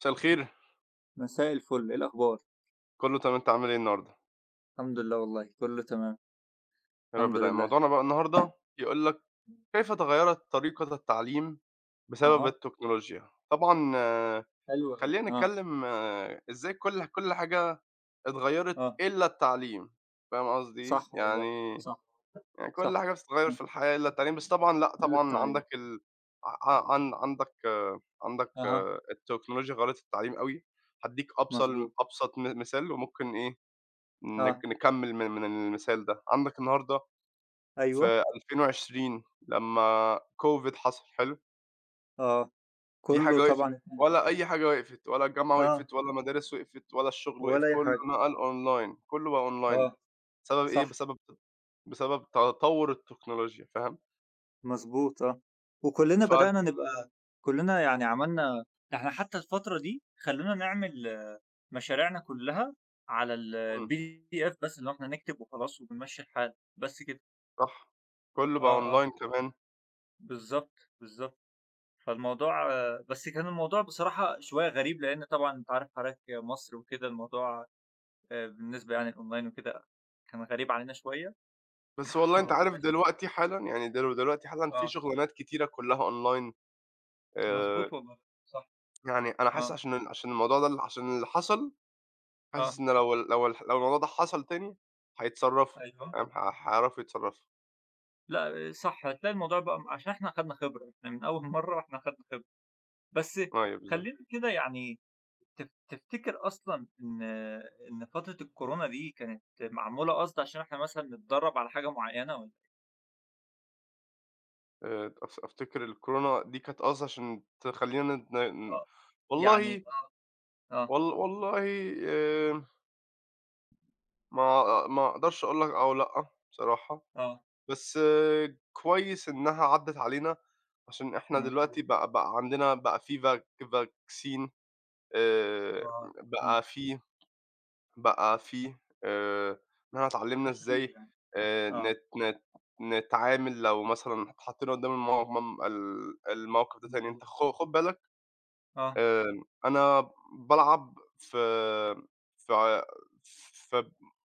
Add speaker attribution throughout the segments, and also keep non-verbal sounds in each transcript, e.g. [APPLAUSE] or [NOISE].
Speaker 1: مساء الخير،
Speaker 2: مساء الفل، إيه الأخبار؟
Speaker 1: كله تمام، أنت عامل إيه النهارده؟
Speaker 2: الحمد لله والله، كله تمام،
Speaker 1: يا رب
Speaker 2: الحمد
Speaker 1: دايمًا.
Speaker 2: لله.
Speaker 1: موضوعنا بقى النهارده يقول لك كيف تغيّرت طريقة التعليم بسبب
Speaker 2: أها،
Speaker 1: التكنولوجيا؟ طبعًا
Speaker 2: حلو أوي.
Speaker 1: خلّينا
Speaker 2: آه،
Speaker 1: نتكلم إزاي كل حاجة اتغيّرت
Speaker 2: آه،
Speaker 1: إلا التعليم، فاهم قصدي إيه؟
Speaker 2: صح والله،
Speaker 1: يعني
Speaker 2: صح،
Speaker 1: يعني كل
Speaker 2: صح،
Speaker 1: حاجة بتتغيّر
Speaker 2: إمم،
Speaker 1: في الحياة إلا التعليم، بس طبعًا لأ،
Speaker 2: دلِّت
Speaker 1: طبعًا عندك
Speaker 2: عليك.
Speaker 1: ال ع عن عندك آه، عندك
Speaker 2: أها،
Speaker 1: آه، التكنولوجيا غيّرت التعليم أوي. هادّيك
Speaker 2: مضبوط،
Speaker 1: أبسط مثال وممكن إيه
Speaker 2: آه،
Speaker 1: نكمّل من المثال ده. عندك النهارده
Speaker 2: أيوه،
Speaker 1: في 2020 لمّا COVID حصل، حلو،
Speaker 2: آه،
Speaker 1: في
Speaker 2: كله
Speaker 1: حاجة وقفت؟
Speaker 2: طبعًا،
Speaker 1: ولا أي حاجة وقفت، ولا الجامعة
Speaker 2: آه،
Speaker 1: وقفت، ولا المدارس وقفت، ولا الشغل وقف،
Speaker 2: ولا أي
Speaker 1: كُلّه
Speaker 2: حاجة،
Speaker 1: نَقَل online، كُلّه بقى online.
Speaker 2: آه،
Speaker 1: بسبب إيه؟
Speaker 2: صح،
Speaker 1: بسبب تطوّر التكنولوجيا، فاهم؟
Speaker 2: مضبوط، آه، وكلّنا
Speaker 1: ف
Speaker 2: بدأنا نبقى، كلّنا يعني عملنا، إحنا حتى الفترة دي خلّونا نعمل مشاريعنا كلّها على
Speaker 1: إمم،
Speaker 2: الPDF بس، اللي هو إحنا نكتب وخلاص وبنمشّي الحال، بس كده.
Speaker 1: صح، كُلّه بقى
Speaker 2: آه، آه.
Speaker 1: online كمان.
Speaker 2: بالضبط، بالضبط. فالموضوع بس كان الموضوع بصراحة شوية غريب، لإن طبعًا أنت عارف حضرتك مصر وكده الموضوع بالنسبة يعني الأونلاين وكده كان غريب علينا شوية.
Speaker 1: بس
Speaker 2: [LAUGHS]
Speaker 1: والله
Speaker 2: ما
Speaker 1: أنت عارف
Speaker 2: كناش،
Speaker 1: دلوقتي حالًا، يعني دلوقتي حالًا، في
Speaker 2: آه،
Speaker 1: شغلانات كتيرة كُلّها online.
Speaker 2: مضبوط
Speaker 1: آآ،
Speaker 2: والله، صح،
Speaker 1: يعني أنا حاسس
Speaker 2: آه،
Speaker 1: عشان الموضوع ده، عشان اللي حصل،
Speaker 2: آه،
Speaker 1: حاسس إن لو ال لو الح لو الموضوع ده حصل تاني هيتصرّفوا،
Speaker 2: أيوه.
Speaker 1: فاهم، هيعرفوا يتصرّفوا.
Speaker 2: لأ صح، هتلاقي الموضوع بقى عشان إحنا خدنا خبرة، إحنا من أول [LAUGHS] مرّة وإحنا خدنا خبرة. بس
Speaker 1: أيوه بالضبط.
Speaker 2: خلّينا كده يعني تفتكر أصلًا إن فترة الكورونا دي كانت معمولة قصد عشان إحنا مثلًا نتدرّب على حاجة معيّنة والّا؟
Speaker 1: أف أفتكر الكورونا دي كانت قصدي عشان تخلّينا ن ن
Speaker 2: آه، يعني
Speaker 1: والله
Speaker 2: آه، آه،
Speaker 1: وال والله، آمم ما أقدرش أقول لك آه ولأ بصراحة،
Speaker 2: آه،
Speaker 1: بس آه، كويس إنها عدّت علينا عشان إحنا
Speaker 2: مضبوط،
Speaker 1: دلوقتي بقى عندنا بقى في vaccine، آآ
Speaker 2: آه، آه،
Speaker 1: بقى في، بقى فيه إن إحنا اتعلّمنا
Speaker 2: في حلول
Speaker 1: إزاي
Speaker 2: يعني، آه،
Speaker 1: نت نت نتعامل لو مثلًا اتحطّينا قدّام المو مم ال الموقف ده تاني.
Speaker 2: مضبوط،
Speaker 1: أنت خُد بالك.
Speaker 2: آه،
Speaker 1: أنا بالعب في، في ع في،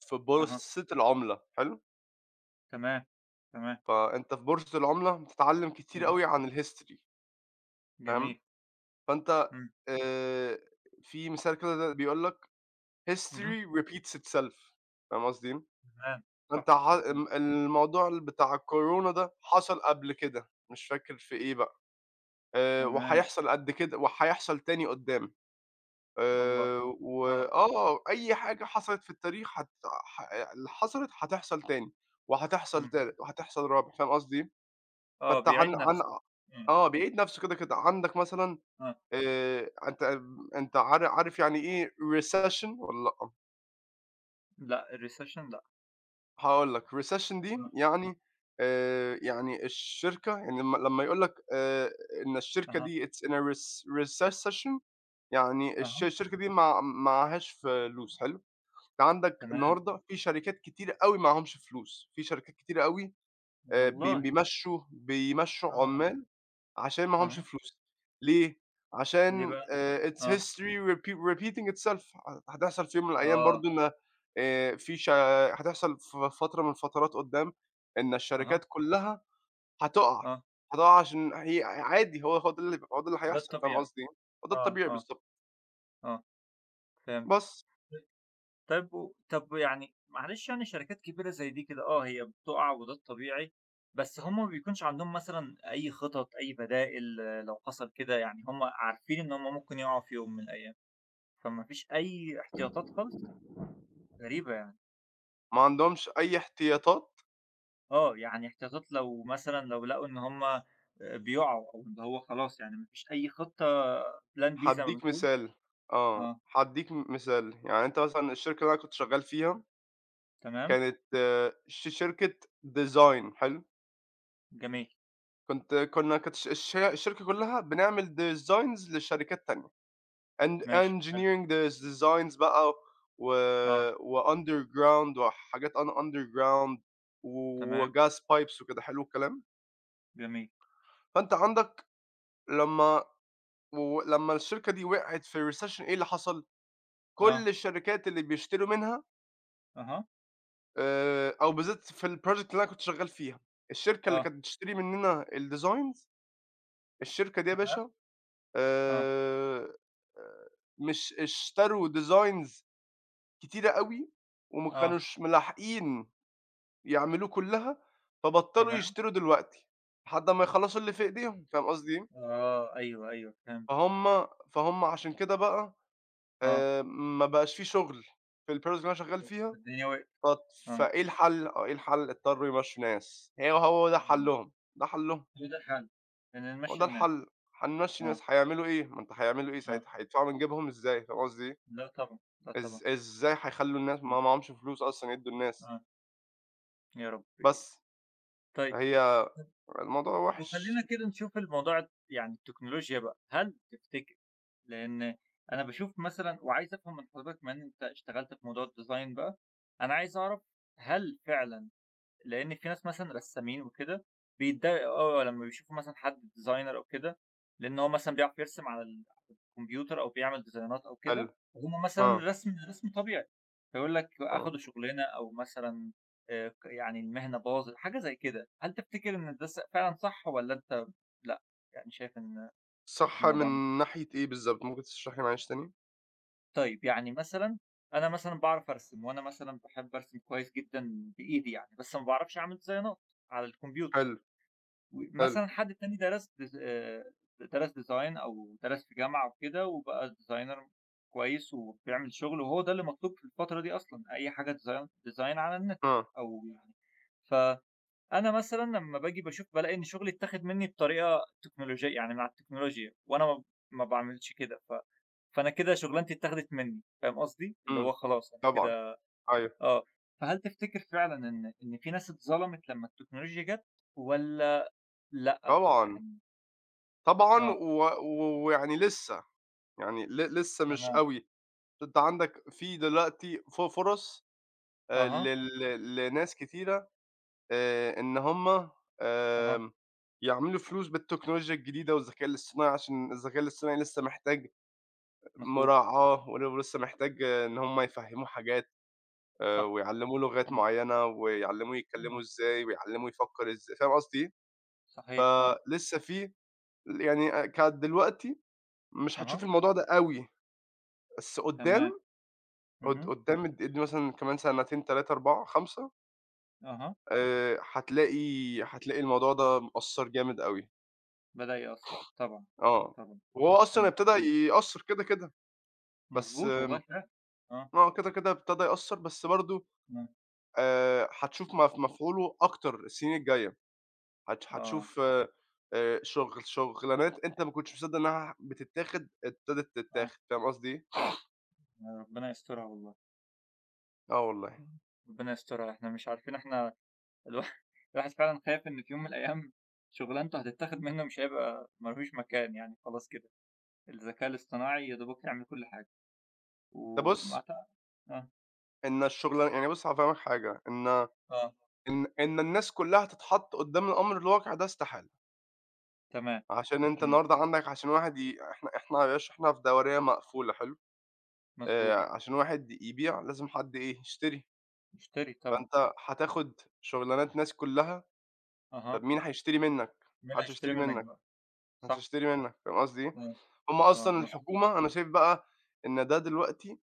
Speaker 1: في
Speaker 2: أها،
Speaker 1: بورصة العُملة، حلو؟
Speaker 2: تمام، تمام،
Speaker 1: فأنت في بورصة العُملة بتتعلّم كتير
Speaker 2: أها،
Speaker 1: أوي عن الhistory، فاهم؟
Speaker 2: جميل،
Speaker 1: فأنت
Speaker 2: إمم،
Speaker 1: آآ في مثال كده بيقول لك:
Speaker 2: اهم،
Speaker 1: "History repeats itself." فاهم قصدي؟ ما
Speaker 2: تمام، صح،
Speaker 1: أنت ح
Speaker 2: إمم،
Speaker 1: الم الموضوع بتاع الكورونا ده حصل قبل كده، مش فاكر في إيه بقى،
Speaker 2: تمام،
Speaker 1: وهيحصل قد كده وهيحصل تاني قدّام،
Speaker 2: والله، آه،
Speaker 1: وآه، أي حاجة حصلت في التاريخ هت ح اللي حصلت هتحصل تاني، وهتحصل
Speaker 2: اهم،
Speaker 1: تالت، وهتحصل رابع، فاهم قصدي إيه؟
Speaker 2: آه،
Speaker 1: فأنت
Speaker 2: بيعيد
Speaker 1: عن عن
Speaker 2: نفسه، إمم،
Speaker 1: آه، بيعيد نفسه، كده، كده. عندك مثلًا
Speaker 2: آه،
Speaker 1: أنت عارف يعني إيه recession والّا لأ؟
Speaker 2: لأ الrecession لأ،
Speaker 1: هاقول لك recession
Speaker 2: آه،
Speaker 1: دي يعني يعني الشركة، يعني لمّا يقول لك إن الشركة
Speaker 2: أها،
Speaker 1: دي it's in a recession، يعني
Speaker 2: أها،
Speaker 1: الشركة دي ما معهاش فلوس، حلو. أنت عندك
Speaker 2: تمام،
Speaker 1: النهارده في شركات كتيرة أوي معاهمش فلوس، في شركات كتيرة أوي بي
Speaker 2: والله،
Speaker 1: بيمشّوا، بيمشّوا
Speaker 2: آه،
Speaker 1: عمّال عشان معاهمش
Speaker 2: أها،
Speaker 1: فلوس. ليه؟
Speaker 2: ليه
Speaker 1: عشان
Speaker 2: بقى؟
Speaker 1: it's
Speaker 2: آه،
Speaker 1: history repeating itself. هتحصل في يوم من الأيام
Speaker 2: آه،
Speaker 1: برضه إن في ش هتحصل في فترة من الفترات قدّام إن
Speaker 2: أها،
Speaker 1: الشركات كلّها هتقع،
Speaker 2: آه،
Speaker 1: هتقع عشان هي عادي، هو ده اللي
Speaker 2: ده
Speaker 1: هيحصل، فاهم
Speaker 2: الطبيعي،
Speaker 1: قصدي إيه؟ هو ده
Speaker 2: آه،
Speaker 1: الطبيعي
Speaker 2: آه،
Speaker 1: بالضبط.
Speaker 2: آه، فهمت.
Speaker 1: بس
Speaker 2: طيب طب يعني معلش يعني شركات كبيرة زي دي كده آه، هي بتُقع وده الطبيعي، بس هم ما بيكونش عندهم مثلًا أي خطط، أي بدائل آه، لو حصل كده، يعني هم عارفين إن هم ممكن يُقعوا في يوم من الأيام، فما فيش أي احتياطات خالص؟ غريبة يعني.
Speaker 1: ما عندهمش أي احتياطات.
Speaker 2: آه، يعني احتياطات لو مثلًا لو لقوا إن هم بيُقعوا أو اللي هو خلاص يعني ما فيش أي خطة plan B زي ما
Speaker 1: هادّيك
Speaker 2: بنقول؟
Speaker 1: مثال، آه،
Speaker 2: آه،
Speaker 1: هادّيك مثال، يعني أنت مثلًا الشركة اللي أنا كنت شغّال فيها
Speaker 2: تمام،
Speaker 1: كانت آه، شركة design، حلو؟
Speaker 2: جميل،
Speaker 1: كنت كنا كانت الشركة كلّها بنعمل designs لشركات تانية،
Speaker 2: ماشي، حلو،
Speaker 1: engineering designs بقى، و
Speaker 2: آه،
Speaker 1: وunderground وحاجات underground
Speaker 2: تمام،
Speaker 1: وgas pipes وكده، حلو الكلام؟
Speaker 2: جميل،
Speaker 1: فأنت عندك لمّا ولمّا الشركة دي وقعت في recession إيه اللي حصل؟
Speaker 2: آه،
Speaker 1: كل الشركات اللي بيشتروا منها
Speaker 2: أها،
Speaker 1: أو بالذات في الproject اللي أنا كنت شغّال فيها، الشركة اللي
Speaker 2: آه،
Speaker 1: كانت بتشتري مننا الdesigns، الشركة دي يا
Speaker 2: تمام،
Speaker 1: باشا
Speaker 2: آه،
Speaker 1: آآ مش اشتروا designs كتيرة أوي وما
Speaker 2: آه.
Speaker 1: كانوش ملاحقين يعملوه كُلّها، فبطّلوا
Speaker 2: تمام،
Speaker 1: يشتروا دلوقتي، لحد أمّا يخلّصوا اللي في إيديهم، فاهم قصدي إيه؟
Speaker 2: آه، أيوه، أيوه فهمت،
Speaker 1: فهُم عشان كده بقى
Speaker 2: آه.
Speaker 1: آآ ما بقاش في شُغل في الProduct اللي أنا شغّال فيها.
Speaker 2: الدنيا وقفت،
Speaker 1: فت
Speaker 2: آه،
Speaker 1: فإيه الحل؟ آه، إيه الحل؟ اضطروا يمشّوا ناس، هو ده
Speaker 2: آه،
Speaker 1: حلّهم، ده حلّهم،
Speaker 2: هو ده الحل، إن
Speaker 1: هو
Speaker 2: نمشّي
Speaker 1: ده
Speaker 2: الناس،
Speaker 1: الحل، هنمشّي
Speaker 2: آه،
Speaker 1: ناس، هيعملوا إيه؟ ما أنت هيعملوا إيه
Speaker 2: آه،
Speaker 1: ساعتها؟ هيدفعوا من جيبهم إزاي، فاهم قصدي إيه؟
Speaker 2: لا طبعًا، لا طبعًا،
Speaker 1: إزاي هيخلّوا الناس
Speaker 2: إمم،
Speaker 1: ما معاهمش فلوس أصلًا يدّوا الناس،
Speaker 2: آه، يا ربي!
Speaker 1: بس
Speaker 2: طيب
Speaker 1: فهي، الموضوع وِحِش،
Speaker 2: وخلّينا كده نشوف الموضوع يعني التكنولوجيا بقى، هل تفتكر، لإن أنا باشوف مثلًا وعايز أفهم من حضرتك بما إن أنت اشتغلت في موضوع الdesign بقى، أنا عايز أعرف هل فعلًا، لإن في ناس مثلًا رسّامين وكده بيتضايقوا أوي لمّا بيشوفوا مثلًا حد designer أو كده، لإن هو مثلًا بيعرف يرسم على الكمبيوتر أو بيعمل ديزاينات أو
Speaker 1: حلو،
Speaker 2: كده، وهُم مثلًا
Speaker 1: آه،
Speaker 2: رسم طبيعي، فيقول لك
Speaker 1: آه،
Speaker 2: أخدوا شُغلنا أو مثلًا ك يعني المهنة باظت، حاجة زي كده. هل تفتكر إن ده فعلًا صح والّا أنت لأ؟ يعني شايف إن
Speaker 1: صح
Speaker 2: الموضوع
Speaker 1: من ناحية إيه بالضبط؟ ممكن تشرحي معلش تاني؟
Speaker 2: طيب يعني مثلًا أنا مثلًا باعرف أرسم، وأنا مثلًا باحب أرسم كويس جدًا بإيدي يعني، بس ما باعرفش أعمل ديزاينات على الكمبيوتر.
Speaker 1: حلو، حلو،
Speaker 2: ومثلًا حد تاني درس ديز درس design أو درس في جامعة وكده وبقى designer كويس وبيعمل شغل، وهو ده اللي مطلوب في الفترة دي أصلًا، أي حاجة design على النت
Speaker 1: آه،
Speaker 2: أو يعني، فأنا مثلًا لمّا باجي باشوف بالاقي إن شغلي اتاخد مني بطريقة تكنولوجية يعني مع التكنولوجيا، وأنا ما باعملش كده، فأنا كده شغلانتي اتاخدت مني، فاهم قصدي؟ اللي
Speaker 1: إمم،
Speaker 2: هو خلاص أنا
Speaker 1: طبعًا،
Speaker 2: كده
Speaker 1: أيوه،
Speaker 2: آه، فهل تفتكر فعلًا إن في ناس اتظلمت لمّا التكنولوجيا جات والّا لأ؟
Speaker 1: طبعًا،
Speaker 2: يعني
Speaker 1: طبعًا
Speaker 2: آه،
Speaker 1: ويعني لسه، يعني لسه مش
Speaker 2: تمام،
Speaker 1: أوي. أنت عندك في دلوقتي فُرَص
Speaker 2: أها،
Speaker 1: لل لناس كتيرة إن هُم
Speaker 2: أها،
Speaker 1: آمم يعملوا فلوس بالتكنولوجيا الجديدة والذكاء الاصطناعي، عشان الذكاء الاصطناعي لسه محتاج
Speaker 2: مضبوط،
Speaker 1: مراعاة، لسه محتاج آه، إن هُم يفهّموه حاجات
Speaker 2: صح،
Speaker 1: ويعلّموه لغات
Speaker 2: إمم،
Speaker 1: معيّنة ويعلّموه يتكلّموا
Speaker 2: آه،
Speaker 1: إزاي ويعلّموه يفكّر إزاي، فاهم قصدي إيه؟
Speaker 2: صحيح، آه،
Speaker 1: فلسه في، يعني كانت دلوقتي مش
Speaker 2: أها،
Speaker 1: هتشوف الموضوع ده أوي، بس
Speaker 2: تمام،
Speaker 1: قُدّام، قد
Speaker 2: اهم،
Speaker 1: قُدّام اد ادّي مثلًا كمان سنتين، 3، 4، 5،
Speaker 2: أها،
Speaker 1: هتلاقي الموضوع ده مأثّر جامد أوي.
Speaker 2: بدأ يأثّر، طبعًا،
Speaker 1: آه،
Speaker 2: طبعًا،
Speaker 1: وهو أصلًا
Speaker 2: إمم،
Speaker 1: ابتدى يأثّر كده، كده، بس
Speaker 2: مضبوط والله فعلًا، آه،
Speaker 1: آه، كده، كده ابتدى يأثّر، بس برضه
Speaker 2: إمم،
Speaker 1: هتشوف مفعوله أكتر السنين الجاية،
Speaker 2: آه،
Speaker 1: هتشوف شغلانات أنت ما كنتش مصدّق إنها بتتاخد، ابتدت
Speaker 2: آه،
Speaker 1: تتاخد، فاهم قصدي إيه؟
Speaker 2: ربنا يسترها والله،
Speaker 1: آه والله.
Speaker 2: ربنا يسترها، إحنا مش عارفين إحنا الواحد [LAUGHS] الواحد فعلًا خايف إن في يوم من الأيام شُغلانته هتتاخد منه مش هيبقى ما لهوش مكان يعني خلاص كده، الذكاء الاصطناعي يا دوبك يعمل كل حاجة،
Speaker 1: طب
Speaker 2: وما
Speaker 1: بُص،
Speaker 2: أعت، آه،
Speaker 1: إن الشغلان، يعني بُص هافهمك حاجة، إن
Speaker 2: آه،
Speaker 1: الناس كلّها تتحط قدّام الأمر الواقع ده استحالة،
Speaker 2: تمام،
Speaker 1: عشان أنت
Speaker 2: إمم،
Speaker 1: النهارده عندك، عشان واحد ي إحنا، يا باشا إحنا في دورية مقفولة، حلو؟
Speaker 2: مضبوط.
Speaker 1: عشان واحد يبيع لازم حد إيه، يشتري،
Speaker 2: يشتري طبعًا،
Speaker 1: فأنت هتاخد شُغلانات ناس كلّها،
Speaker 2: أها،
Speaker 1: طَب مين هيشتري منّك؟
Speaker 2: مين
Speaker 1: ما حدش
Speaker 2: هيشتري
Speaker 1: هيشتري
Speaker 2: منك
Speaker 1: منّك،
Speaker 2: بقى؟
Speaker 1: ما حدش
Speaker 2: صح،
Speaker 1: هيشتري منّك، فاهم قصدي إيه؟
Speaker 2: آه،
Speaker 1: هم
Speaker 2: آه،
Speaker 1: أصلًا
Speaker 2: مضبوط،
Speaker 1: الحكومة أنا شايف بقى إن ده دلوقتي،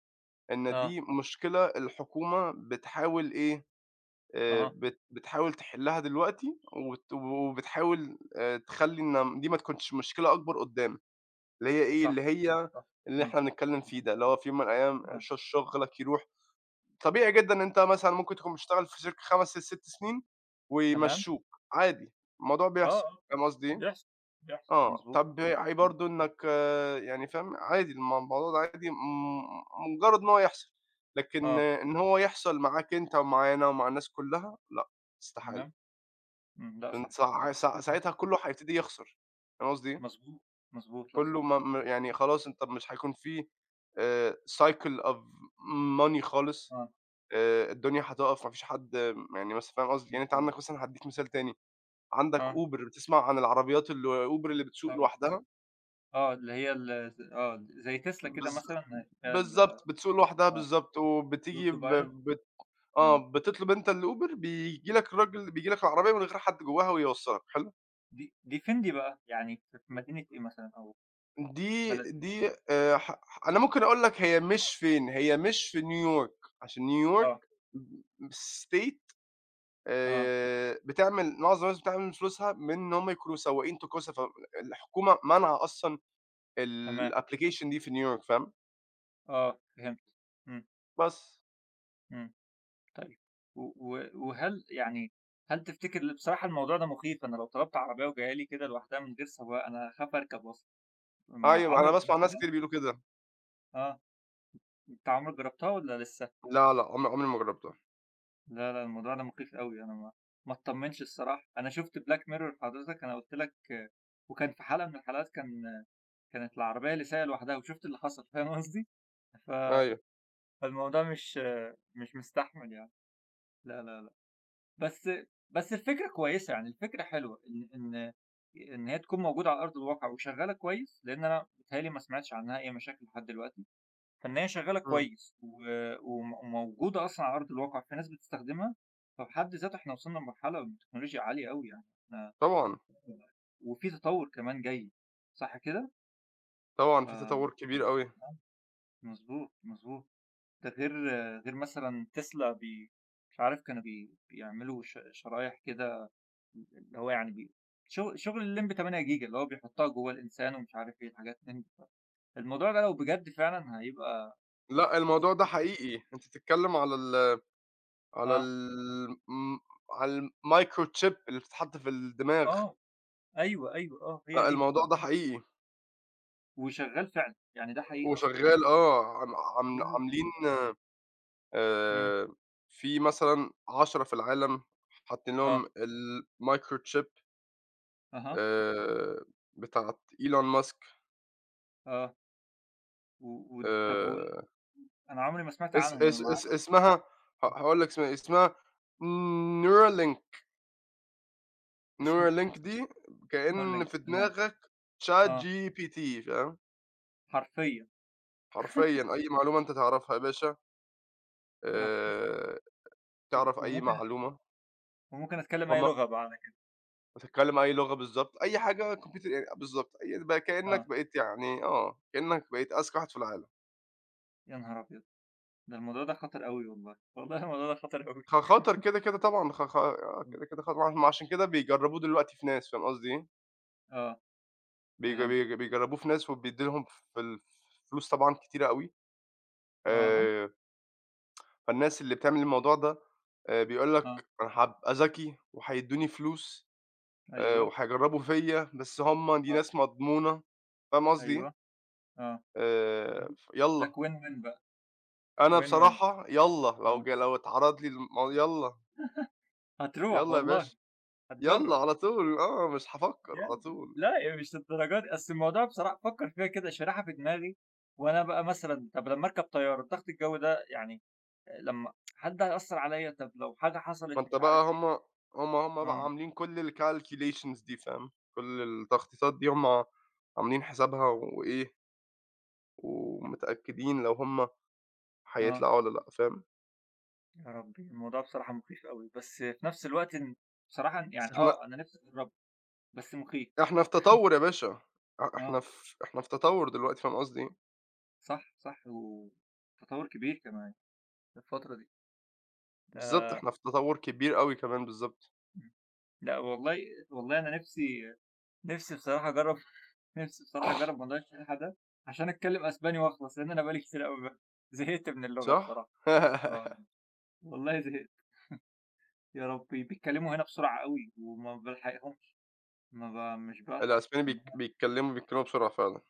Speaker 1: إن
Speaker 2: آه،
Speaker 1: دي مشكلة الحكومة بتحاول إيه،
Speaker 2: أها،
Speaker 1: بت بتحاول تحلّها دلوقتي وبتحاول تخلّي إن دي ما تكونش مشكلة أكبر قُدّام، اللي هي إيه،
Speaker 2: صح،
Speaker 1: اللي هي
Speaker 2: صح،
Speaker 1: اللي
Speaker 2: إمم،
Speaker 1: إحنا بنتكلّم
Speaker 2: إمم،
Speaker 1: فيه ده، اللي هو في يوم من الأيام
Speaker 2: آه،
Speaker 1: شُغلك يروح. طبيعي جدًا إن أنت مثلًا ممكن تكون بتشتغل في شركة 5 ل6 سنين
Speaker 2: تمام،
Speaker 1: ويمشّوك، عادي، الموضوع
Speaker 2: آه،
Speaker 1: بيحصل،
Speaker 2: آه،
Speaker 1: فاهم قصدي إيه؟
Speaker 2: بيحصل، بيحصل،
Speaker 1: آه،
Speaker 2: مضبوط،
Speaker 1: طبيعي
Speaker 2: إمم،
Speaker 1: برضه إنّك آه، يعني فاهم، عادي الموضوع ده عادي، مجرّد إن هو يحصل، لكن
Speaker 2: آه،
Speaker 1: آه، إن هو يحصل معاك أنت ومعانا ومع الناس كلّها لأ، استحالة.
Speaker 2: تمام، إمم، لأ صح،
Speaker 1: أنت
Speaker 2: صح، [LAUGHS] وجهة نظر،
Speaker 1: ساعتها كلّه هيبتدي يخسر، فاهم قصدي إيه؟
Speaker 2: مضبوط، مضبوط، لأ
Speaker 1: كلّه
Speaker 2: صح،
Speaker 1: ما م يعني خلاص أنت مش هيكون في cycle of money خالص.
Speaker 2: آه،
Speaker 1: الدنيا هتقف، ما فيش حد، يعني مثلًا فاهم قصدي؟ يعني أنت
Speaker 2: مضبوط،
Speaker 1: عندك مثلًا هادّيك مثال تاني، عندك
Speaker 2: آه،
Speaker 1: Uber، بتسمع عن العربيات ال Uber اللي بتسوق
Speaker 2: طبعًا،
Speaker 1: لوحدها؟
Speaker 2: آه، اللي هي ال ز آه، زي تسلا كده
Speaker 1: بالض
Speaker 2: مثلًا فيها
Speaker 1: بالضبط، بتسوق لوحدها
Speaker 2: آه،
Speaker 1: بالضبط، وبتيجي ب
Speaker 2: الauto-pilot،
Speaker 1: بت
Speaker 2: آه،
Speaker 1: آه، بتطلب أنت الUber بييجي لك الراجل، بييجي لك العربية من غير حد جواها ويوصّلك، حلو؟
Speaker 2: دي فين دي بقى؟ يعني في في مدينة إيه مثلًا أو
Speaker 1: دي
Speaker 2: بلد إيه؟
Speaker 1: دي ح ح أنا ممكن أقول لك هي مش فين، هي مش في نيويورك، عشان نيويورك
Speaker 2: آه،
Speaker 1: state،
Speaker 2: آه،
Speaker 1: بتعمل، معظم الناس بتعمل فلوسها من إن هم يكونوا سواقين توكسة، فالحكومة مانعة أصلًا
Speaker 2: تمام.
Speaker 1: الapplication دي في نيويورك، فاهم؟
Speaker 2: آه فهمت. إمم،
Speaker 1: بس.
Speaker 2: إمم، طيب و و وهل يعني هل تفتكر؟ بصراحة الموضوع ده مخيف، أنا لو طلبت عربية وجاية لي كده لوحدها من غير سواق أنا هاخاف أركب أصلًا، ما
Speaker 1: أيوه، أنا
Speaker 2: عمرك
Speaker 1: باسمع ناس
Speaker 2: جربتها؟
Speaker 1: كتير بيقولوا كده.
Speaker 2: آه، أنت عمرك جربتها والّا لسه؟
Speaker 1: لا، لأ، عمري ما جرّبتها.
Speaker 2: لا، لا الموضوع ده مخيف أوي، أنا ما اتطمنش الصراحة، أنا شُفت Black Mirror حضرتك أنا قُلت لك آه، وكان في حلقة من الحلقات كان آه، كانت العربية اللي سايقة لوحدها وشُفت اللي حصل، فاهم قصدي؟ ف
Speaker 1: أيوه.
Speaker 2: فالموضوع مش آه، مش مستحمل يعني، لا، لا، لأ. بس بس الفكرة كويسة، يعني الفكرة حلوة إن إن إن هي تكون موجودة على أرض الواقع وشغّالة كويس، لإن أنا بيتهيأ لي ما سمعتش عنها أي مشاكل لحد دلوقتي، فإن هي شغّالة
Speaker 1: إمم.
Speaker 2: كويس و وم وموجودة أصلًا على أرض الواقع، في ناس بتستخدمها، ففي حد ذاته إحنا وصلنا لمرحلة من التكنولوجيا عالية أوي يعني إحنا
Speaker 1: طبعًا،
Speaker 2: وفي تطوّر كمان جاي، صح كده؟ ف
Speaker 1: طبعًا في
Speaker 2: آه،
Speaker 1: تطوّر كبير أوي.
Speaker 2: مضبوط، مضبوط. ده غير مثلًا تسلا مش عارف كانوا بيعملوا شرايح كده اللي هو يعني بي شغل الليمبي 8 جيجا اللي هو بيحطها جوّه الإنسان ومش عارف إيه الحاجات من دي. الموضوع ده لو بجد فعلًا هيبقى
Speaker 1: لأ، الموضوع
Speaker 2: [LAUGHS]
Speaker 1: ده حقيقي. أنت بتتكلّم على ال على ال
Speaker 2: آه،
Speaker 1: م على الmicrochip اللي بتتحط في الدماغ.
Speaker 2: آه، أيوه، أيوه، آه، هي
Speaker 1: لأ،
Speaker 2: دي.
Speaker 1: الموضوع ده حقيقي
Speaker 2: وشغّال فعلًا، يعني ده حقيقي أصلًا.
Speaker 1: وشغّال آه. عم عم
Speaker 2: يا
Speaker 1: عاملين
Speaker 2: ربي! إمم،
Speaker 1: آآ في مثلًا 10 في العالم حاطين
Speaker 2: آه،
Speaker 1: لهم الmicrochip
Speaker 2: أها،
Speaker 1: آآ بتاعة إيلون ماسك.
Speaker 2: آه، و و طب
Speaker 1: آآ
Speaker 2: أنا عمري ما سمعت
Speaker 1: اس
Speaker 2: عنهم، أنا
Speaker 1: اس
Speaker 2: ما
Speaker 1: اس
Speaker 2: عايز أخش،
Speaker 1: اسمها، هاقول لك اسمها إيه، اسمها Neuralink. Neuralink
Speaker 2: اسم
Speaker 1: دي كأن
Speaker 2: Neuralink
Speaker 1: في
Speaker 2: تمام،
Speaker 1: دماغك
Speaker 2: آه،
Speaker 1: ChatGPT، فاهم؟
Speaker 2: حرفيًا،
Speaker 1: حرفيًا أي معلومة أنت تعرفها يا باشا،
Speaker 2: يا ربي!
Speaker 1: آآ تعرف أي
Speaker 2: وممكن
Speaker 1: معلومة،
Speaker 2: أتكلم أي
Speaker 1: هم
Speaker 2: لغة بقى على كده،
Speaker 1: بتتكلّم أي لغة بالضبط، أي حاجة كمبيوتر يعني بالضبط، أي بقى
Speaker 2: آه،
Speaker 1: كإنّك بقيت يعني آه، كإنّك بقيت أذكى واحد في العالم.
Speaker 2: يا نهار أبيض! ده الموضوع ده خطر أوي والله، والله الموضوع ده خطر أوي.
Speaker 1: خطر كده، كده، طبعًا خ خ آه،
Speaker 2: إمم.
Speaker 1: كده، كده خطر، ما عشان كده بيجرّبوه دلوقتي في ناس، فاهم قصدي إيه؟
Speaker 2: آه، فهمت.
Speaker 1: بيجرّبوه في ناس وبيدّي لهم في ال فلوس طبعًا كتيرة أوي،
Speaker 2: أها،
Speaker 1: آآ، فالناس اللي بتعمل الموضوع ده بيقول لك
Speaker 2: آه،
Speaker 1: أنا هابقى ذكي وهيدّوني فلوس،
Speaker 2: أيوه،
Speaker 1: وهيجرّبوا فيّا، بس هم دي
Speaker 2: آه،
Speaker 1: ناس مضمونة، فاهم قصدي إيه؟
Speaker 2: أيوه، آه. إمم.
Speaker 1: ف يالّا.
Speaker 2: لك win win بقى،
Speaker 1: أنا
Speaker 2: win win
Speaker 1: بصراحة يالّا،
Speaker 2: آه.
Speaker 1: لو اتعرض لي يالّا،
Speaker 2: هتروح
Speaker 1: يالّا يا
Speaker 2: والله،
Speaker 1: باشا، يالّا
Speaker 2: هتجرّب.
Speaker 1: على طول آه، مش هافكّر على
Speaker 2: يالّا
Speaker 1: طول.
Speaker 2: لأ، مش للدرجة دي، أصل الموضوع بصراحة بافكّر فيها كده شارحها في دماغي وأنا بقى مثلًا طب لمّا أركب طيارة، الضغط الجوي ده يعني لمّا هل ده هيأثّر عليّا؟ طب لو حاجة حصلت
Speaker 1: ما أنت
Speaker 2: مش عارف
Speaker 1: بقى
Speaker 2: إيه،
Speaker 1: هم بقى
Speaker 2: آه،
Speaker 1: عاملين كل الcalculations دي فاهم، كل التخطيطات دي هم عاملين حسابها
Speaker 2: آه،
Speaker 1: وإيه، ومتأكدين لو هم
Speaker 2: آه.
Speaker 1: هيطلعوا والّا لأ فاهم،
Speaker 2: يا ربي! الموضوع بصراحة مخيف أوي، بس في نفس الوقت إن بصراحة يعني
Speaker 1: بس إحنا،
Speaker 2: آه، أنا نِفْسي أجرّبه، بس مخيف.
Speaker 1: إحنا في تطوّر يا باشا، أ
Speaker 2: آه.
Speaker 1: إحنا في إحنا في تطوّر دلوقتي، فاهم قصدي إيه،
Speaker 2: صح، صح، وتطوّر كبير كمان في الفترة دي.
Speaker 1: بالضبط،
Speaker 2: آآ
Speaker 1: إحنا في تطوّر كبير أوي كمان بالضبط،
Speaker 2: إمم. لأ والله أنا نِفْسي بصراحة أجرّب [LAUGHS] نِفْسي بصراحة أجرّب موضوع الشِّلْحة ده عشان أتكلّم أسباني وأخلص، لإن أنا بقى لي كتير أوي ب [LAUGHS] زهقت من اللغة
Speaker 1: صح؟
Speaker 2: بصراحة.
Speaker 1: [LAUGHS]
Speaker 2: آه، والله زهقت، يا ربي بيتكلّموا هنا بسرعة أوي وما بالحقهمش، ما ب مش بالحق.
Speaker 1: الأسباني بيتكلموا، بيتكلموا بسرعة فعلًا.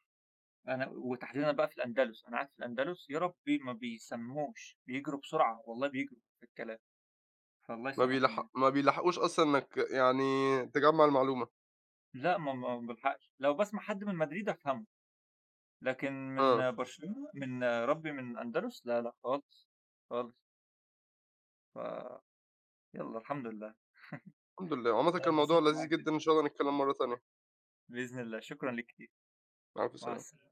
Speaker 2: أنا وتحديدًا بقى في الأندلس، أنا قاعد في الأندلس، يا ربي ما بيسمّوش، بيجروا بسرعة، والله بيجروا في الكلام، فالله يسامحهم يعني.
Speaker 1: ما بيلحقوش أصلًا إنّك يعني تجمّع المعلومة.
Speaker 2: لأ، ما بالحقش، لو باسمع حد من مدريد أفهمه، لكن
Speaker 1: آه،
Speaker 2: من برشلونة من ربي من الأندلس لا، لأ خالص، خالص، ف يالّا الحمد لله،
Speaker 1: الحمد لله. وعامةً
Speaker 2: أنا
Speaker 1: كان الموضوع
Speaker 2: اتبسطت
Speaker 1: لذيذ
Speaker 2: معاك جدًا،
Speaker 1: جدًا، إن شاء الله نتكلّم مرّة تانية.
Speaker 2: بإذن الله، شكرًا ليك كتير،
Speaker 1: مع ألف
Speaker 2: مع
Speaker 1: سلامة.
Speaker 2: السلامة.